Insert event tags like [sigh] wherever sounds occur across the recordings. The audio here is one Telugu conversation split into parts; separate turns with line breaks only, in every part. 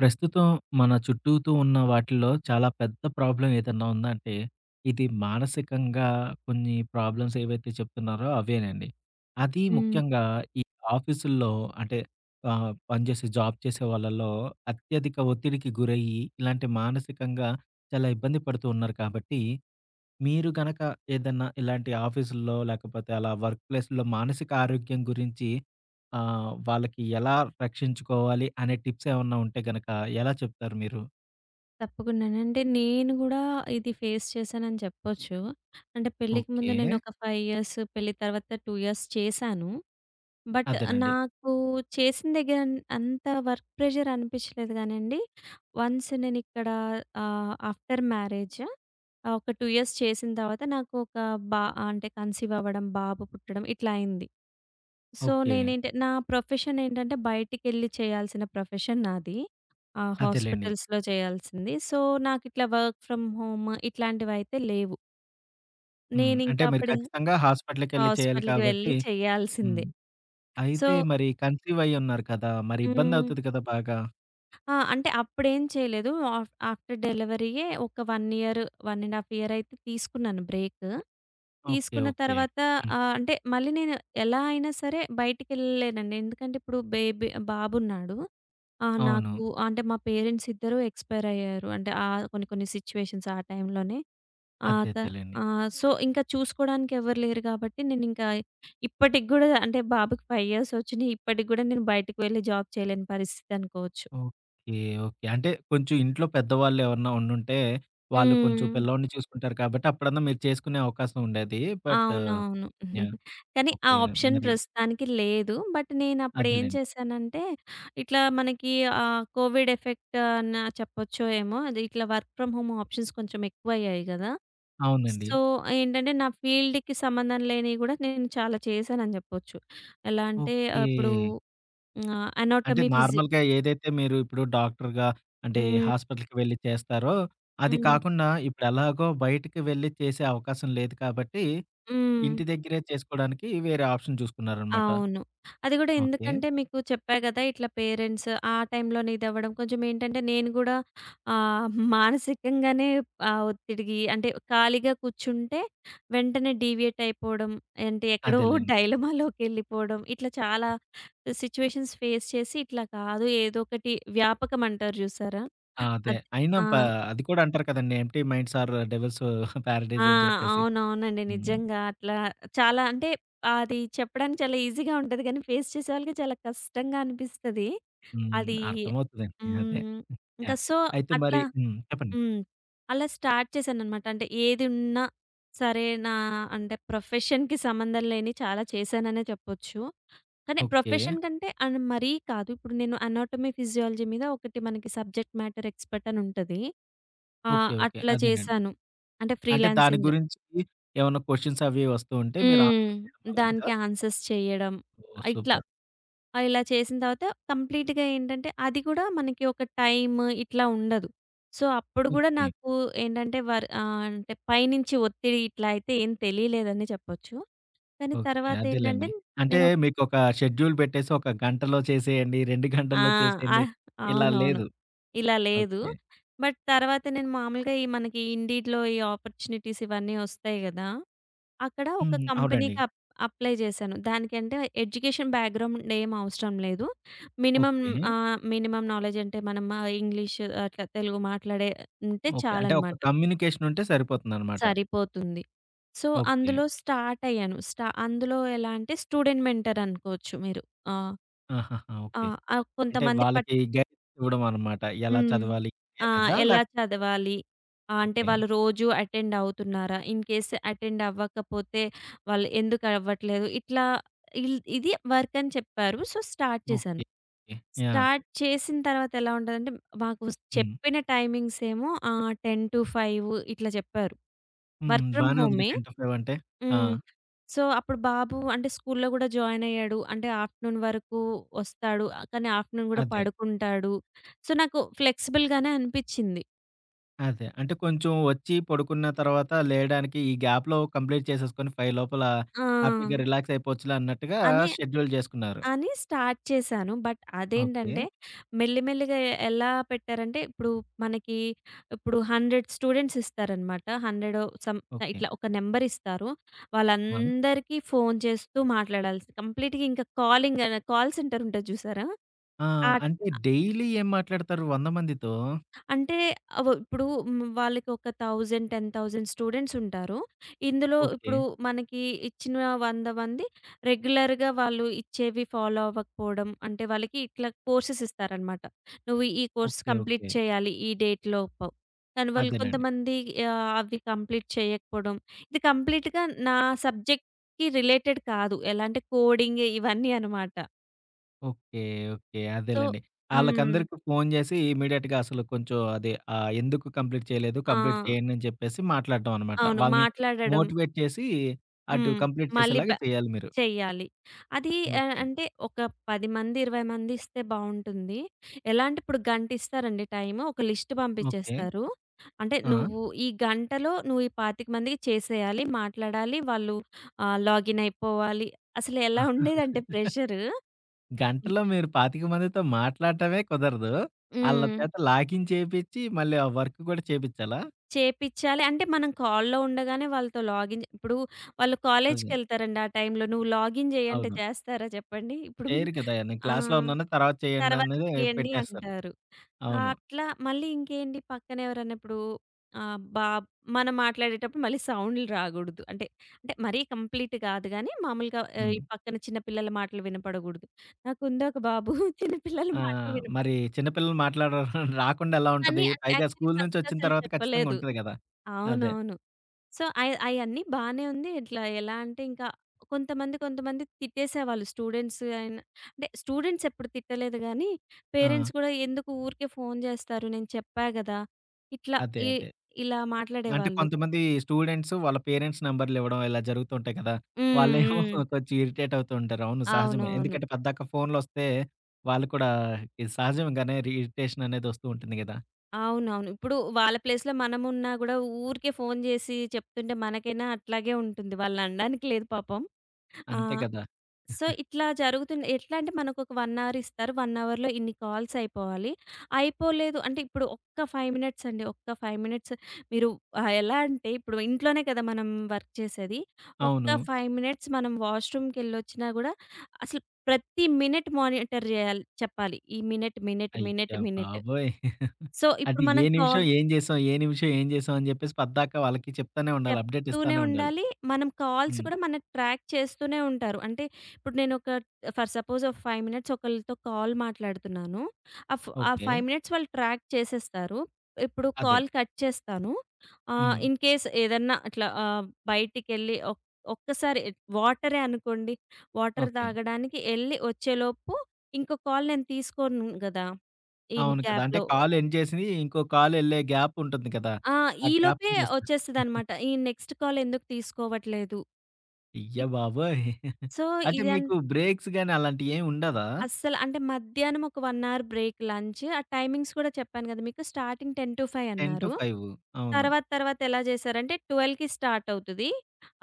ప్రస్తుతం మన చుట్టూతో ఉన్న వాటిల్లో చాలా పెద్ద ప్రాబ్లం ఏదన్నా ఉందంటే, ఇది మానసికంగా కొన్ని ప్రాబ్లమ్స్ ఏవైతే చెప్తున్నారో అవెనండి. అది
హ్మ్.
ముఖ్యంగా ఈ ఆఫీసుల్లో అంటే పనిచేసే జాబ్ చేసే వాళ్ళలో అత్యధిక ఒత్తిడికి గురయ్యి, ఇలాంటి మానసికంగా చాలా ఇబ్బంది పడుతూ ఉన్నారు కాబట్టి మీరు గనక ఏదన్నా ఇలాంటి ఆఫీసుల్లో లేకపోతే అలా వర్క్ ప్లేస్‌లో మానసిక ఆరోగ్యం గురించి వాళ్ళకి ఎలా రక్షించుకోవాలి అనే టిప్స్ ఏమన్నా ఉంటే గనక ఎలా చెప్తారు మీరు?
తప్పకుండాను. అంటే నేను గూడా ఇది ఫేస్ చేశానని చెప్పొచ్చు. అంటే పెళ్ళికి ముందు
ఓకే.
నేనొక 5 ఇయర్స్, పెళ్లి తర్వాత 2 ఇయర్స్ చేశాను. బట్
అదేనండి.
నాకు చేసిన దగ్గర అంత వర్క్ ప్రెషర్ అనిపిచ్చలేదు గానండి. వన్స్ నేనిక్కడ ఆఫ్టర్ మ్యారేజ్ ఒక 2 ఇయర్స్ చేసిన తర్వాత నాకు ఒక బా అంటే కన్సీవ్ అవ్వడం, బాబు పుట్టడం ఇట్లా అయింది. So,
okay.
నేనేంటే నా ప్రొఫెషన్ ఏంటంటే బయటికెళ్ళి చేయాల్సిన ప్రొఫెషన్ నాది.
అదేలెండి.
హాస్పిటల్స్‌లో చేయాల్సింది. సో, నాకిట్లా వర్క్ ఫ్రమ్ హోమ్ ఇట్లాంటివైతే లేవు.
హ్మ్. అంటే మీరు
నేనింకప్పుడు
ఖచ్చితంగా హాస్పిటల్‌కెళ్ళి చేయాలి
హాస్పిటల్‌కి
కాబట్టి.
వెళ్ళి
హ్మ్.
చేయాల్సిందే. సో,
అయితే మరి కన్సీవ్ అయ్యి ఉన్నారు కదా! మరి
హ్మ్.
ఇబ్బందవుతది కదా బాగా?
ఆ, అంటే అప్పుడేం చేయలేదు. ఆఫ్టర్ డెలివరీయే ఒక 1 ఇయర్, 1 ½ ఇయర్ అయితే తీసుకున్నాను బ్రేక్.
ఓకే.
తీసుకున్న
ఓకే.
తర్వాత
హ్మ్.
అంటే మళ్ళీ నేను ఎలా అయినా సరే బయటికెళ్ళలేనండి. ఎందుకంటే ఇప్పుడు బేబీ బాబున్నాడు.
అవును.
నాకు అంటే మా పేరెంట్స్ ఇద్దరూ ఎక్స్‌పైర్ అయ్యారు. అంటే కొన్ని కొన్ని సిట్యుయేషన్స్ ఆ టైంలోనే. ఆహ్,
అదే
త
అదేలెండి.
సో, ఇంకా చూసుకోవడానికి ఎవరు లేరు కాబట్టి నేనింకా ఇప్పటికి గూడా అంటే బాబుకి 5 ఇయర్స్ వచ్చినాయి. ఇప్పటికి గూడా నేను బయటకి వెళ్ళి జాబ్ చేయలేని పరిస్థితి అనుకోవచ్చు.
ఓకే. ఓకే. అంటే కొంచెం ఇంట్లో పెద్దవాళ్ళు ఎవరన్నా ఉండుంటే, వాళ్ళు
హ్మ్.
కొంచెం పిల్లోడిని చూసుకుంటారు కాబట్టి అప్పుడన్నా మీరు చేసుకునే అవకాశం ఉండేది. బట్
అవునవును.
యాహ్!
కానీ ఆ
ఓకే.
ఆప్షన్
మరి
ప్రస్తుతానికి లేదు. బట్ నేనప్పుడేం
అదేలెండి.
చేశానంటే, ఇట్లా మనకి కోవిడ్ ఎఫెక్ట్ అన్న చెప్పొచ్చో ఏమో. అది ఇట్లా వర్క్ ఫ్రమ్ హోమ్ ఆప్షన్స్ కొంచెం ఎక్కువయ్యాయి గదా!
అవునండి.
సో, ఏంటంటే నా ఫీల్డ్‌కి సంబంధం లేనివి గూడా నేను చాలా చేశానని జెప్పొచ్చు. ఎలా అంటే,
ఓకే.
ఇప్పుడు
అంటే
అనాటమీ
నార్మల్‌గా ఏదైతే మీరు ఇప్పుడు డాక్టర్‌గా అంటే
హ్మ్.
హాస్పిటల్‌కి వెళ్లి చేస్తారో, అది
హ్మ్.
కాకుండా ఇప్పుడు ఎలాగో బయటికి వెళ్లి చేసే అవకాశం లేదు కాబట్టి,
హ్మ్.
ఇంటి దగ్గరే చేసుకోవడానికి వేరే ఆప్షన్ చూసుకున్నారనమాట.
అవును. అది గూడా
ఓకే.
ఎందుకంటే మీకు చెప్పా గదా! ఇట్లా పేరెంట్స్ ఆ టైంలోనే ఇదవ్వడం కొంచెం ఏంటంటే నేను గూడా ఆహ్, మానసికంగానే ఒత్తిడికి అంటే ఖాళీగా కూర్చుంటే వెంటనే డీవియేట్ అయిపోవడం, అంటే ఎక్కడో
అదేలెండి.
డైలమాలోకెళ్ళిపోవడం ఇట్లా చాలా సిట్యుయేషన్స్ ఫేస్ చేసి ఇట్లా కాదు ఏదో ఒకటి వ్యాపకం అంటారు జూసారా?
ఆ! అదే.
అది.
అయినా
ఆ!
ప అది కూడా అంటారు కదండీ! ఎంప్టీ మైండ్స్ ఆర్ డెవిల్స్
ఆ!
పారడైజ్ అని చెప్పేసి.
అవునవునండి.
హ్మ్.
నిజంగా అట్లా చాలా అంటే అది చెప్పడానికి చాలా ఈజీగా ఉంటది. కానీ ఫేస్ చేసేవాళ్ళకి చాలా కష్టంగా అనిపిస్తది.
హ్మ్.
అది
అర్థమవుతదండి. అదే.
హ్మ్. ఇంకా
యాహ్!
సో,
అయితే మరి
అట్లా
హ్మ్. చెప్పండి.
హ్మ్. అలా స్టార్ట్ చేశాననమాట. అంటే ఏది ఉన్నా సరే నా అంటే ప్రొఫెషన్‌కి సంబంధం లేని చాలా చేశాననే చెప్పొచ్చు. కానీ
ఓకే.
ప్రొఫెషన్ కంటే అండ్ మరీ కాదు. ఇప్పుడు నేను అనాటమీ, ఫిజియాలజీ మీద ఒకటి మనకి సబ్జెక్ట్ మ్యాటర్ ఎక్స్‌పర్ట్ అని ఉంటది. ఆ!
ఓకే. ఓకే.
అట్లా
అదేనండి.
చేశాను. అంటే
అంటే దాని
ఫ్రీలాన్సింగ్
గురించి ఏమన్నా క్వెషన్స్ అవి వస్తూ ఉంటే మీరు
హ్మ్.
ఆన్సర్ చేయడం అలాంటిదా?
దానికి ఆన్సర్స్ చేయడం.
ఓహ్!
ఇట్లా
సూపర్.
ఇలా చేసిన తర్వాత కంప్లీట్‌గా ఏంటంటే అది కూడా మనకి ఒక టైమ్ ఇట్లా ఉండదు. సో, అప్పుడు కూడా
ఓకే.
నాకు ఏంటంటే అంటే పైనుంచి ఒత్తిడి ఇట్లా అయితే ఏం తెలియలేదని చెప్పొచ్చు. కానీ
ఓకే.
తర్వాత
అదేలెండి.
ఏంటంటే
అంటే
నేను
మీకొక షెడ్యూల్ పెట్టేసి ఒక గంటలో చేసేయండి, 2
ఆ!
గంటల్లో చేసేయండి
ఆహ్,
ఇలా
అవునవును.
లేదు.
ఇలా లేదు.
ఓకే.
బట్ తర్వాత నేను మామూలుగా ఈ మనకి ఇండీడ్‌లో ఈ ఆపర్చునిటీస్ ఇవన్నీ వస్తాయి గదా! అక్కడ ఒక
హ్మ్. అవునండి.
కంపెనీకి అప్లై చేశాను. దానికంటే ఎడ్యుకేషన్ బ్యాక్‌గ్రౌండ్ ఏం అవసరం లేదు. Minimum
okay.
మినిమమ్ నాలెడ్జ్ అంటే మనం ఇంగ్లీష్ అట్లా తెలుగు మాట్లాడే ఉంటే
ఓకే. అంటే ఒక
చాలనమాట.
కమ్యూనికేషన్ ఉంటే సరిపోతుందనమాట.
సరిపోతుంది. So,
okay.
అందులో స్టార్ట్ అయ్యాను. అందులో ఎలా అంటే స్టూడెంట్ మెంటర్ అనుకోవచ్చు మీరు. ఆహ్,
ఆహాహా!
ఆ!
ఓకే.
ఆహ్,
అంటే
కొంతమంది పట్
వాళ్ళకి గైడెన్స్ ఇవ్వడం అనమాట. ఎలా
హ్మ్.
చదవాలి ఏంటి
ఆ!
అనేదా?
ఎలా
లేకపోతే
చదవాలి? అంటే
ఓకే.
వాళ్ళు రోజు అటెండ్ అవుతున్నారా? ఇన్ కేస్ అటెండ్ అవ్వకపోతే వాళ్ళు ఎందుకు అవ్వట్లేదు? ఇట్లా ఇది వర్క్ అని చెప్పారు. సో, స్టార్ట్ చేశాను.
ఓకే. ఓకే. యాహ్!
స్టార్ట్ చేసిన తర్వాత ఎలా ఉంటదంటే మాకు
హ్మ్.
చెప్పిన టైమింగ్స్ ఏమో 10-5 ఇట్లా చెప్పారు.
హ్మ్.
వర్క్ ఫ్రమ్
బానే ఉందిగా
హోమే.
10-5 అంటే. ఆ!
హ్మ్. సో, అప్పుడు బాబు అంటే స్కూల్లో గూడా జాయిన్ అయ్యాడు. అంటే ఆఫ్టర్‌నూన్ వరకు వస్తాడు. కానీ ఆఫ్టర్‌నూన్ గూడా
అదే.
పడుకుంటాడు. సో, నాకు ఫ్లెక్సిబుల్ గానే అనిపిచ్చింది.
అదే. అంటే కొంచెం వచ్చి పడుకున్న తర్వాత లేయడానికి ఈ గ్యాప్‌లో కంప్లీట్ చేసేసుకొని 5 లోపల
ఆ!
హ్యాపీగా రిలాక్స్ అయిపోవచ్చులే అన్నట్టుగా
అని,
షెడ్యూల్ జేసుకున్నారు.
అని స్టార్ట్ చేశాను. But
okay.
అదేంటంటే మెల్లి మెల్లిగా ఎలా పెట్టారంటే ఇప్పుడు మనకి ఇప్పుడు 100 స్టూడెంట్స్ ఇస్తారనమాట. 100 సమ్
ఓకే.
ఇట్లా ఒక నంబర్ ఇస్తారు.
ఆ!
వాళ్ళందరికీ ఫోను చేస్తూ మాట్లాడాల్సి కంప్లీట్‌గా ఇంకా కాలింగ్ కాల్ సెంటర్ ఉంటది చూసారా?
ఆ!
ఆ
అంటే డైలీ ఏం మాట్లాడతారు 100 మందితో?
అంటే ఇప్పుడు హ్మ్. వాళ్ళకొక 1000, 10,000 స్టూడెంట్స్ ఉంటారు. ఇందులో
ఓకే.
ఇప్పుడు మనకి ఇచ్చిన 100 మంది రెగ్యులర్‌గా వాళ్ళు ఇచ్చేవి ఫాలో అవ్వకపోవడం, అంటే వాళ్ళకి ఇట్లా కోర్సెస్ ఇస్తారనమాట. నువ్వు ఈ కోర్స్
ఓకే.
Complete
okay.
చేయాలి ఈ డేట్‌లోపు. కానీ వాళ్ళు
అదేలెండి.
కొంతమంది అవి కంప్లీట్ చేయకపోవడం. ఇది కంప్లీట్‌గా నా సబ్జెక్ట్‌కి రిలేటెడ్ కాదు. ఎలా అంటే కోడింగ్ ఇవన్నీ అనమాట.
ఓకే. ఓకే.
సో,
అదేలెండి.
హ్మ్.
ఆళ్ళకందరికి ఫోను జేసి ఇమ్మీడియేట్‌గా అసలు కొంచెం అదే ఎందుకు కంప్లీట్ చేయలేదు,
ఆ!
కంప్లీట్ చేయండి అని చెప్పేసి మాట్లాడడం అనమాట.
అవును.
వాళ్ళని
మాట్లాడడం.
మోటివేట్ చేసి అటు
హ్మ్.
కంప్లీట్
మళ్ళీ బ
చేసేలాగా చేయాలి మీరు.
చెయ్యాలి. అది
ఓకే.
అంటే ఒక 10 మంది, 20 మంది ఇస్తే బావుంటుంది. ఎలా అంటే ఇప్పుడు గంట ఇస్తారండి టైము. ఒక లిస్ట్
ఓకే.
పంపించేస్తారు. అంటే
ఆ!
నువ్వు ఈ గంటలో ఈ 25 మందికి చేసేయాలి, మాట్లాడాలి, వాళ్ళు లాగిన్ అయిపోవాలి. అసలు ఎలా ఉండేదంటే
[laughs]
ప్రెషరు.
గంటలో మీరు 25 మందితో మాట్లాడటమే కుదరదు. ఆళ్ళ
హ్మ్.
చేత లాగిన్ చేపిచ్చి మళ్ళీ ఆ వర్క్ గూడా చేపిచ్చాలా?
చేపిచ్చాలి. అంటే మనం కాల్‌లో ఉండగానే వాళ్ళతో లాగిన్ ఇప్పుడు వాళ్ళు
అదే.
కాలేజ్‌కెళ్తారండి ఆ టైంలో. నువ్వు లాగిన్ చెయ్యి అంటే
అవును.
చేస్తారా చెప్పండి? ఇప్పుడు
చేయరు కదా! నేను
ఆ!
క్లాస్‌లో ఉన్నాను తర్వాత
తర్వాత
చేయండనేదే
చేయండి
పెట్టేస్తారు.
అంటారు. ఆ!
అవును.
అట్లా మళ్ళీ ఇంకేంటి పక్కన ఎవరన్నా ఇప్పుడు ఆహ్, బాబ్ మనం మాట్లాడేటప్పుడు మళ్ళీ సౌండ్‌లు రాగూడదు. అంటే మరీ కంప్లీట్ కాదు గానీ మామూలుగా ఆహ్, హ్మ్.
హ్మ్.
ఈ పక్కన చిన్న పిల్లల మాటలు వినపడగూడదు. నాకుంది ఒక బాబు [laughs] చిన్న పిల్లల
ఆ!
మాటలు
మరి
వినపడకూడదు.
చిన్న పిల్లలు మాట్లాడరు [laughs] రాకుండా ఎలా
ఇవన్నీ
ఉంటది?
అంటే
పైగా
యాక్చువల్లీ
స్కూలు
ఫస్ట్
నుంచొచ్చిన
అసలు
తర్వాత ఖచ్చితంగా
చెప్పలేదు.
ఉంటది గదా! అదే.
అవునవును. సో, అయన్నీ బానే ఉంది. ఇట్లా ఎలా అంటే ఇంకా కొంతమంది, కొంతమంది తిట్టేసేవాళ్ళు స్టూడెంట్స్ అయినా అంటే స్టూడెంట్స్ ఎప్పుడు తిట్టలేదు గానీ,
ఆ!
పేరెంట్స్ కూడా ఎందుకు ఊరికే ఫోను జేస్తారు నేను చెప్పా గదా! ఇట్లా
అదే.
ఇ
అదే.
ఇలా
అంటే
మాట్లాడేవాళ్ళు.
కొంతమంది స్టూడెంట్స్ వాళ్ళ పేరెంట్స్ నంబర్‌లివ్వడం ఇలా జరుగుతుంటాయి కదా! వాళ్ళేమో
హ్మ్. హ్మ్.
[laughs] కొంచెం ఇరిటేట్ అవుతూ ఉంటారు. అవును సహజమే.
అవునవును.
ఎందుకంటే పద్దాక ఫోన్‌లొస్తే వాళ్ళు కూడా ఇది సహజంగానే ఇరిటేషన్ అనేది వస్తూ ఉంటుంది గదా!
అవునవును. ఇప్పుడు వాళ్ళ ప్లేస్‌లో మనమున్నా గూడా ఊరికే ఫోను జేసి చెప్తుంటే మనకైనా అట్లాగే ఉంటుంది. వాళ్ళననడానికి లేదు పాపం. ఆ!
అంతే కదా!
సో, ఇట్లా జరుగుతుంది. ఎట్లా అంటే మనకొక 1 అవర్ ఇస్తారు. 1 అవర్‌లో ఇన్ని కాల్స్ అయిపోవాలి. అయిపోలేదు అంటే ఇప్పుడు ఒక్క 5 మినిట్స్ అండి. ఒక్క 5 మినిట్స్ మీరు ఎలా అంటే ఇప్పుడు ఇంట్లోనే కదా మనం వర్క్ చేసేది.
అవును.
ఒక్క 5 మినిట్స్ మనం వాష్‌రూమ్‌కెళ్ళొచ్చినా గూడా అసలు ప్రతి మినిట్ మానిటర్ జేయాలి చెప్పాలి. ఈ మినిట్, మినిట్, మినిట్,
అయ్య
మినిట్.
బాబోయ్!
సో, ఇప్పుడు
అది ఏ
మనం కా
నిమిషం ఏం చేసాం? ఏ నిమిషం ఏం చేసాం? అని చెప్పేసి పద్దాక వాళ్ళకి చెప్తానే ఉండాలి. అప్డేట్
చెప్తూనే
ఇస్తానే ఉండాలి.
ఉండాలి. మనం కాల్స్
హ్మ్.
కూడా మన ట్రాక్ చేస్తూనే ఉంటారు. అంటే ఇప్పుడు నేనొక ఫర్ సపోజ్ ఒక 5 మినిట్స్ ఒకళ్ళతో కాల్ మాట్లాడుతున్నాను. ఆ
ఓకే.
5 మినిట్స్ వాళ్ళు ట్రాక్ చేసేస్తారు. ఇప్పుడు
అదే.
కాల్ కట్ చేస్తాను.
హ్మ్.
ఇన్ కేస్ ఏదన్నా అట్లా ఆహ్, బయటికెళ్ళి ఒక్ ఒక్కసారి వాటరే అనుకోండి. Water
okay.
తాగడానికి ఎళ్లి వచ్చేలోపు ఇంకో కాల్ నేను తీసుకోను గదా! ఈ
అవును కదా! అంటే
గ్యాప్‌లో.
కాల్ ఎండ్ చేసి ఇంకో కాల్ ఎళ్ళే గ్యాప్ ఉంటుంది కదా!
ఆ!
ఆ
ఈలోపే
గ్యాప్‌ని చూస్తారు.
వచ్చేస్తదనమాట. ఈ నెక్స్ట్ కాల్ ఎందుకు తీసుకోవట్లేదు?
అయ్య బాబోయ్!
సో,
అంటే
ఇది అన్
మీకు బ్రేక్స్ గాని అలాంటియేం ఉండదా?
అస్సలు అంటే మధ్యాహ్నం ఒక 1 అవర్ బ్రేక్ లంచ్. ఆ టైమింగ్స్ కూడా చెప్పాను కదా మీకు. స్టార్టింగ్ 10-5 అన్నారు.
10-5 అవును.
తర్వాత తర్వాత ఎలా చేశారంటే 12కి స్టార్ట్ అవుతది.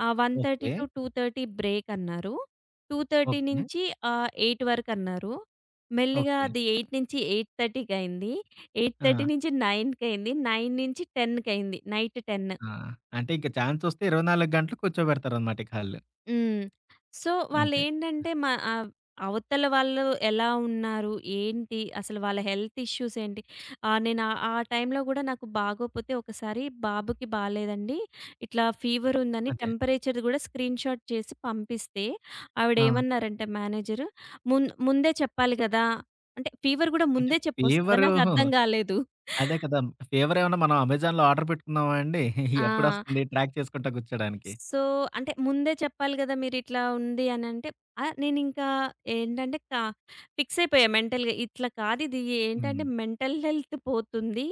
ఓకే.
1:30-2:30 బ్రేక్ అన్నారు. 2:30
ఓకే.
నుంచి 8 వరకు అన్నారు. మెల్లిగా
ఓకే.
అది 8-8:30కి అయింది. 8:30
ఆ!
నుంచి 9కి అయింది. 9 నుంచి 10కి అయింది. నైట్ 10.
ఆ! అంటే ఇంక చాన్సొస్తే 24 గంటలు కూర్చోబెడతారనమాట ఇక ఆళ్ళు.
హ్మ్. సో,
అదే.
వాళ్ళేంటంటే మా అవతల వాళ్ళు ఎలా ఉన్నారు? ఏంటి? అసలు వాళ్ళ హెల్త్ ఇష్యూస్ ఏంటి? నేను ఆ ఆ టైంలో గూడా నాకు బాగోపోతే ఒకసారి బాబుకి బాలేదండి. ఇట్లా ఫీవర్ ఉందని
అదే.
టెంపరేచర్‌ది గూడా స్క్రీన్ షాట్ చేసి పంపిస్తే
ఆ!
ఆవిడేమన్నారంటే మేనేజరు, ముందే చెప్పాలి గదా!" అంటే ఫీవర్ గూడా
అంటే
ముందే చెప్పొస్తదా?
ఫీవరు
నాకర్థం గాలేదు.
అదే కదా! ఫీవరేమన్నా మనం అమెజాన్‌లో ఆర్డర్ పెట్టుకున్నామా అండి?
ఆ!
ఎప్పుడొస్తుంది ట్రాక్ చేసుకుంటా కూర్చోడానికి.
సో, అంటే ముందే చెప్పాలి గదా! మీరిట్లా ఉంది అనంటే, నేనింకా ఏంటంటే ఫిక్స్ అయిపోయా మెంటల్‌గా. ఇట్లా కాదిది
హ్మ్.
ఏంటంటే మెంటల్ హెల్త్ పోతుంది.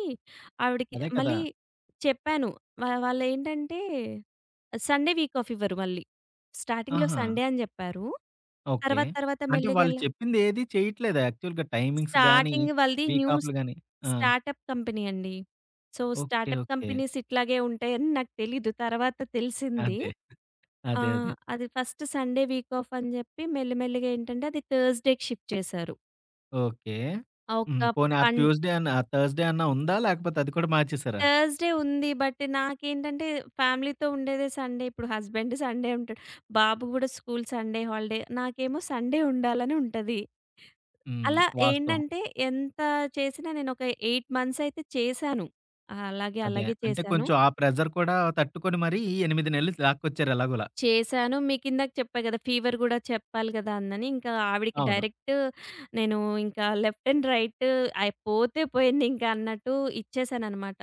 ఆవిడకి
అదే కదా!
మళ్ళీ చెప్పాను. వాళ్ళేంటంటే సండే వీక్ ఆఫ్ ఇవ్వరు మళ్ళీ. స్టార్టింగ్‌లో
ఆహా!
సండే అని జెప్పారు.
ఓకే.
తర్వాత తర్వాత
అంటే వాళ్ళు చెప్పింది ఏది చేయట్లేదా? యాక్చువల్‌గా టైమింగ్స్ గాని,
స్టార్టింగ్ వాళ్ళది
వీక్
న్యూ
ఆఫ్‌లు గాని. ఆ!
స్టార్టప్ కంపెనీ అండి. So,
okay.
Startup
okay.
Companies ఇట్లాగే ఉంటాయని నాకు తెలీదు. తర్వాత తెలిసింది.
అదే.
ఆ!
అదే. అదే.
అది ఫస్ట్ సండే వీక్ ఆఫ్ అని జెప్పి మెల్లిమెల్లిగా ఏంటంటే అది థర్స్‌డేకి షిఫ్ట్ చేశారు.
ఓకే.
ఆ ఒక్క
హ్మ్. పోనీ ఆ
పన్
ట్యూస్‌డే అన్నా, ఆ థర్స్‌డే అన్నా ఉందా? లేకపోతే అది కూడా మార్చేసారా?
థర్స్‌డే ఉంది. బట్ నాకేంటంటే ఫ్యామిలీతో ఉండేదే సండే. ఇప్పుడు హస్బెండ్ సండే ఉంటాడు. బాబు గూడా స్కూల్ సండే హాలిడే. నాకేమో సండే ఉండాలని ఉంటది.
హ్మ్.
అలా
వాస్తవం.
ఏంటంటే ఎంత చేసినా నేనొక 8 మంత్స్ అయితే చేశాను. అలాగే,
అదే.
అలాగే
అంటే
చేశాను.
కొంచెం ఆ ప్రెషర్ కూడా తట్టుకొని మరీ 8 నెలలు లాక్కొచ్చారు ఎలాగోలా.
చేశాను. మీకిందాక చెప్పా గదా! ఫీవర్ గూడా చెప్పాలి గదా! అందని. ఇంకా ఆవిడకి
అవును.
డైరెక్ట్ నేను ఇంకా లెఫ్ట్ అండ్ రైట్ అయి పోతే పోయిందింక అన్నట్టు ఇచ్చేసాననమాట.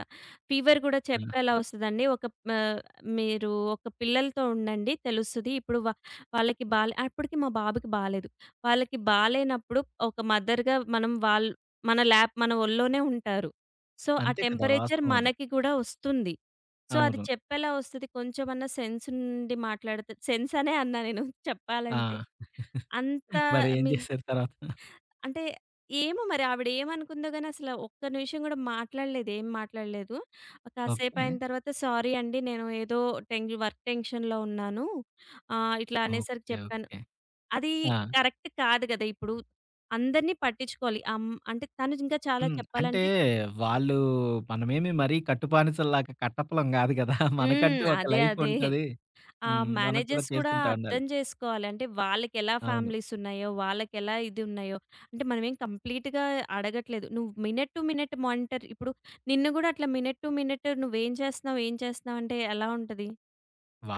ఫీవర్ గూడా
ఆ!
చెప్పా, "ఎలా ఒస్తదండి ఒక ఆహ్, మీరు ఒక పిల్లలతో ఉండండి తెలుస్తది. ఇప్పుడు వాళ్ళకి బాలే" అప్పటికి మా బాబుకి బాలేదు. వాళ్ళకి బాలేనప్పుడు ఒక మదర్‌గా మనం వాళ్ళు మన ల్యాబ్ మన ఒళ్ళోనే ఉంటారు. సో, ఆ
అంతే కదా!
టెంపరేచర్
వాస్తవం అది.
మనకి గూడా ఒస్తుంది. సో, అది
అవును.
చెప్పేలా వస్తది. కొంచెమన్నా సెన్స్ ఉండి మాట్లాడితే సెన్స్ అనే అన్నా నేను
ఆ!
చెప్పాలంటే. అంత
మరేం
మీ
జేశారు తర్వాత?
అంటే ఏమో మరి ఆవిడ ఏమనుకుందో గాని అసల ఒక్క నిమిషం గూడా మాట్లాడలేదు. ఏం మాట్లాడలేదు.
ఓకే.
కాసేపయిన తర్వాత సారీ అండి. నేను ఏదో టెన్షన్‌లో ఉన్నాను. ఇట్లా అనేసరికి
ఓకే.
చెప్పాను.
ఓకే.
అది
ఆ!
కరెక్ట్ కాదు గదా! ఇప్పుడు అందరిని పట్టించుకోవాలి. అంటే తను ఇంకా చాలా
హ్మ్. అంటే
చెప్పాలంటే
వాళ్ళు మనమేమి మరీ కట్టుబానిసల్లాగా కట్టపులం గాదు గదా! మనకంటూ
హ్మ్.
ఒక
అదే.
లైఫ్
అదే.
ఉంటది.
ఆ!
హ్మ్. మనం కూడా
మేనేజర్స్ కూడా
చేసుకుంటా ఉండాలి.
అర్థం జేసుకోవాలి. అంటే వాళ్ళకెలా
అవును.
ఫ్యామిలీస్ ఉన్నాయో, వాళ్ళకెలా ఇది ఉన్నాయో, అంటే మనమేం కంప్లీట్‌గా అడగట్లేదు. నువ్వు మినిట్ టు మినిట్ మానిటర్ ఇప్పుడు నిన్ను గూడా అట్లా మినిట్ టు మినిట్ నువ్వేం చేస్తున్నావు, ఏం చేస్తున్నావు అంటే ఎలా ఉంటది?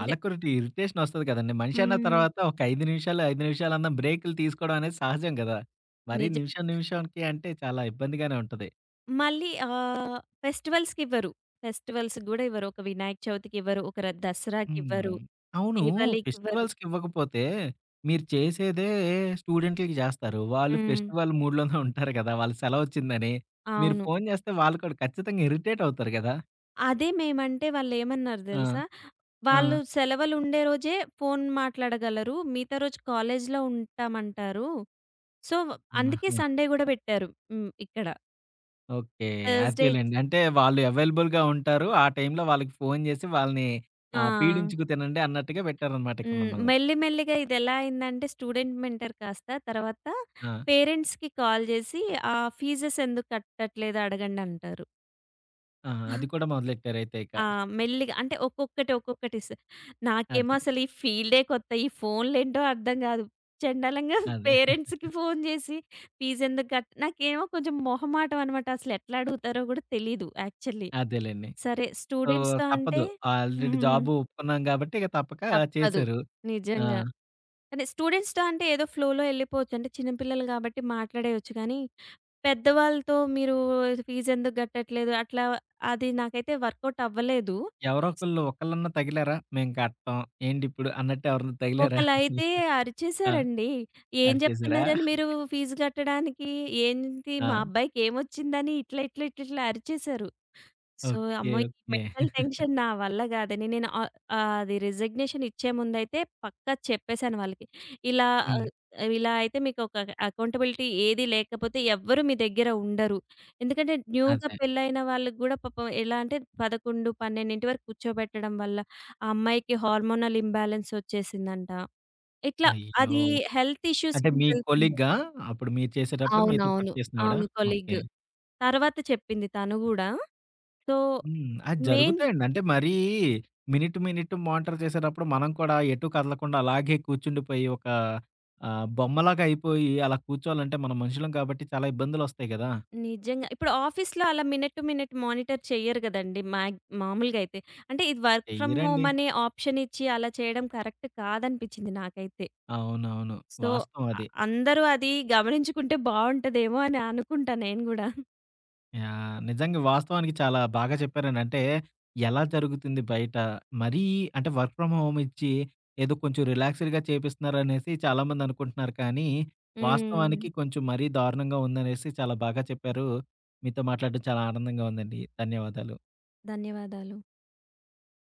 అంటే
కూడా ఇరిటేషన్ ఒస్తది కదండీ! మనిషి అన్న
హ్మ్.
తర్వాత ఒక 5 నిమిషాలు, 5 నిమిషాలన్నా బ్రేకులు తీసుకోవడం అనేది సహజం గదా! మరీ
నిజం.
నిమిషం, నిమిషానికి అంటే చాలా ఇబ్బందిగానే ఉంటది.
మళ్ళీ ఫెస్టివల్స్‌కివ్వరు. ఫెస్టివల్స్‌కి గూడా ఇవ్వరు. ఒక వినాయక చవితికివ్వరు, ఒక ర
హ్మ్.
దసరాకివ్వరు,
అవును.
దీవాళీకివ్వరు.
ఫెస్టివల్స్‌కివ్వకపోతే మీరు చేసేదే స్టూడెంట్‌లకి జేస్తారు. వాళ్ళు
హ్మ్.
ఫెస్టివల్ మూడ్‌లోనే ఉంటారు గదా! వాళ్ళకి సెలవొచ్చిందని. మీరు
అవును.
ఫోను జేస్తే వాళ్ళు కూడా ఖచ్చితంగా ఇరిటేట్ అవుతారు గదా!
అదే మేమంటే వాళ్ళేమన్నారు
ఆ!
దెలుసా?
ఆ!
వాళ్ళు సెలవులుండే రోజే ఫోను మాట్లాడగలరు. మిగతా రోజు కాలేజీలో ఉంటామంటారు. సో, అందుకే
ఆహా!
సండే గూడా పెట్టారు. హ్మ్. ఇక్కడ
ఓకే.
థర్స్‌డే ఇచ్
అదేలెండి. అంటే వాళ్ళు అవైలబుల్‌గా ఉంటారు. ఆ టైంలో వాళ్ళకి ఫోను జేసి వాళ్ళని
ఆ!
పీడించుకు తినండి అన్నట్టుగా పెట్టారనమాట ఇక
హ్మ్.
మిమ్మల్ని.
మెల్లి మెల్లిగా ఇదెలా అయిందంటే స్టూడెంట్ మెంటర్ కాస్త తర్వాత
ఆ!
పేరెంట్స్‌కి కాల్ జేసి, "ఆ ఫీజెస్ ఎందుకు కట్టట్లేదు అడగండంటారు."
ఆ! అది కూడా మొదలెట్టారైతే ఇక.
ఆ! మెల్లిగా అంటే ఒక్కొక్కటి, ఒక్కొక్కటి స్ నాకేమో
అదే.
అసలు ఈ ఫీల్డే కొత్త. ఈ ఫోన్‌లేంటో అర్థం గాదు. చండాలంగా
అదే.
పేరెంట్స్‌కి ఫోన్ జేసి ఫీజెందుకు కట్ నాకేమో కొంచెం మొహమాటం అనమాట. అసలు ఎట్లా అడుగుతారో గూడా తెలీదు యాక్చువల్లీ.
అదేలెండి.
సరే
సో,
స్టూడెంట్స్‌తో అంటే
తప్పదు. ఆల్రెడీ
హ్మ్.
జాబు ఒప్పుకున్నాం గాబట్టి, ఇక తప్పక
తప్పదు.
చేశారు. ఆ!
నిజంగా. కానీ స్టూడెంట్స్‌తో అంటే ఏదో ఫ్లోలో ఎళ్ళిపోవచ్చు. అంటే చిన్న పిల్లలు గాబట్టి మాట్లాడేయొచ్చు గానీ, పెద్దవాళ్ళతో మీరు ఫీజెందుకు గట్టట్లేదు అట్లా అది నాకైతే వర్కౌట్ అవ్వలేదు.
ఎవరో ఒకళ్ళు ఒకళ్ళన్నా తగిలారా? మేము కట్టం. ఏంటిప్పుడు అన్నట్టు ఎవరన్నా తగిలారా అసలు?
ఒకలైతే
ఆ!
అరిచేసారండి. "ఏం
అరిచేసారా?
జెప్తున్నారని మీరు ఫీజు గట్టడానికి? ఏంటి మా
ఆ!
అబ్బాయికి ఏమొచ్చిందని?" ఇట్లా, ఇట్లా, ఇట్లా, ఇట్లా అరిచేసారు. So,
okay.
అమ్మో! ఈ
ఓకే.
మెంటల్ టెన్షన్ నా వల్ల గాదని నేను ఆహ్, ఆహ్, అది రిజిగ్నేషన్ ఇచ్చే ముందైతే పక్కా చెప్పేసాను వాళ్ళకి. ఇలా
హ్మ్.
ఇలా అయితే మీకు ఒక అకౌంటబిలిటీ ఏది లేకపోతే ఎవ్వరు మీ దగ్గర ఉండరు. ఎందుకంటే న్యూగా
అదే.
పెళ్ళైన వాళ్ళకి గూడా పాపం ఎలా అంటే 11, 12 వరకు కూర్చోబెట్టడం వల్ల ఆ అమ్మాయికి హార్మోనల్ ఇంబాలెన్స్ ఒచ్చేసిందంట. ఇట్లా
అయ్యో!
అది హెల్త్ ఇష్యూస్
అంటే
కింద
మీ
వెళ్తుంది.
కొలీగ్గా అప్పుడు మీరు చేసేటప్పుడు మీతో పాటు
అవునవును.
చేసినావిడ?
అవును.
ఓకే.
కొలీగ్. తర్వాత చెప్పింది తను గూడా. సో,
హ్మ్. అది
మెయిన్
జరుగుతాయండి. అంటే మరీ మినిట్, మినిట్ మానిటర్ చేసేటప్పుడు మనం కూడా ఎటు కదలకుండా అలాగే కూర్చుండిపోయి ఒక బొమ్మలాగా అయిపోయి అలా కూర్చోవాలంటే మనం మనుషులం కాబట్టి చాలా ఇబ్బందులొస్తాయి గదా!
నిజంగా ఇప్పుడు ఆఫీస్‌లో అలా మినిట్ టు మినిట్ మానిటర్ చెయ్యరు గదండీ! మామూలుగా అయితే. అంటే ఇది వర్క్ ఫ్రమ్ హోమ్
చెయ్యరండి.
అనే ఆప్షన్ ఇచ్చి అలా చేయడం కరెక్ట్ కాదనిపించింది నాకైతే.
అవునవును.
సో,
వాస్తవం
అ
అది.
అందరూ అది గమనించుకుంటే బావుంటదేమో అని అనుకుంటా నేను గూడా.
యాహ్! నిజంగా వాస్తవానికి చాలా బాగా చెప్పారండి. అంటే ఎలా జరుగుతుంది బయట? మరీ అంటే వర్క్ ఫ్రమ్ హోమ్ ఇచ్చి ఏదో కొంచెం రిలాక్స్‌డ్‌గా చేపిస్తున్నారనేసి చాలామంది అనుకుంటున్నారు. కానీ
హ్మ్.
వాస్తవానికి కొంచెం మరీ దారుణంగా ఉందనేసి చాలా బాగా చెప్పారు. మీతో మాట్లాడడం చాలా ఆనందంగా ఉందండి. ధన్యవాదాలు.
ధన్యవాదాలు.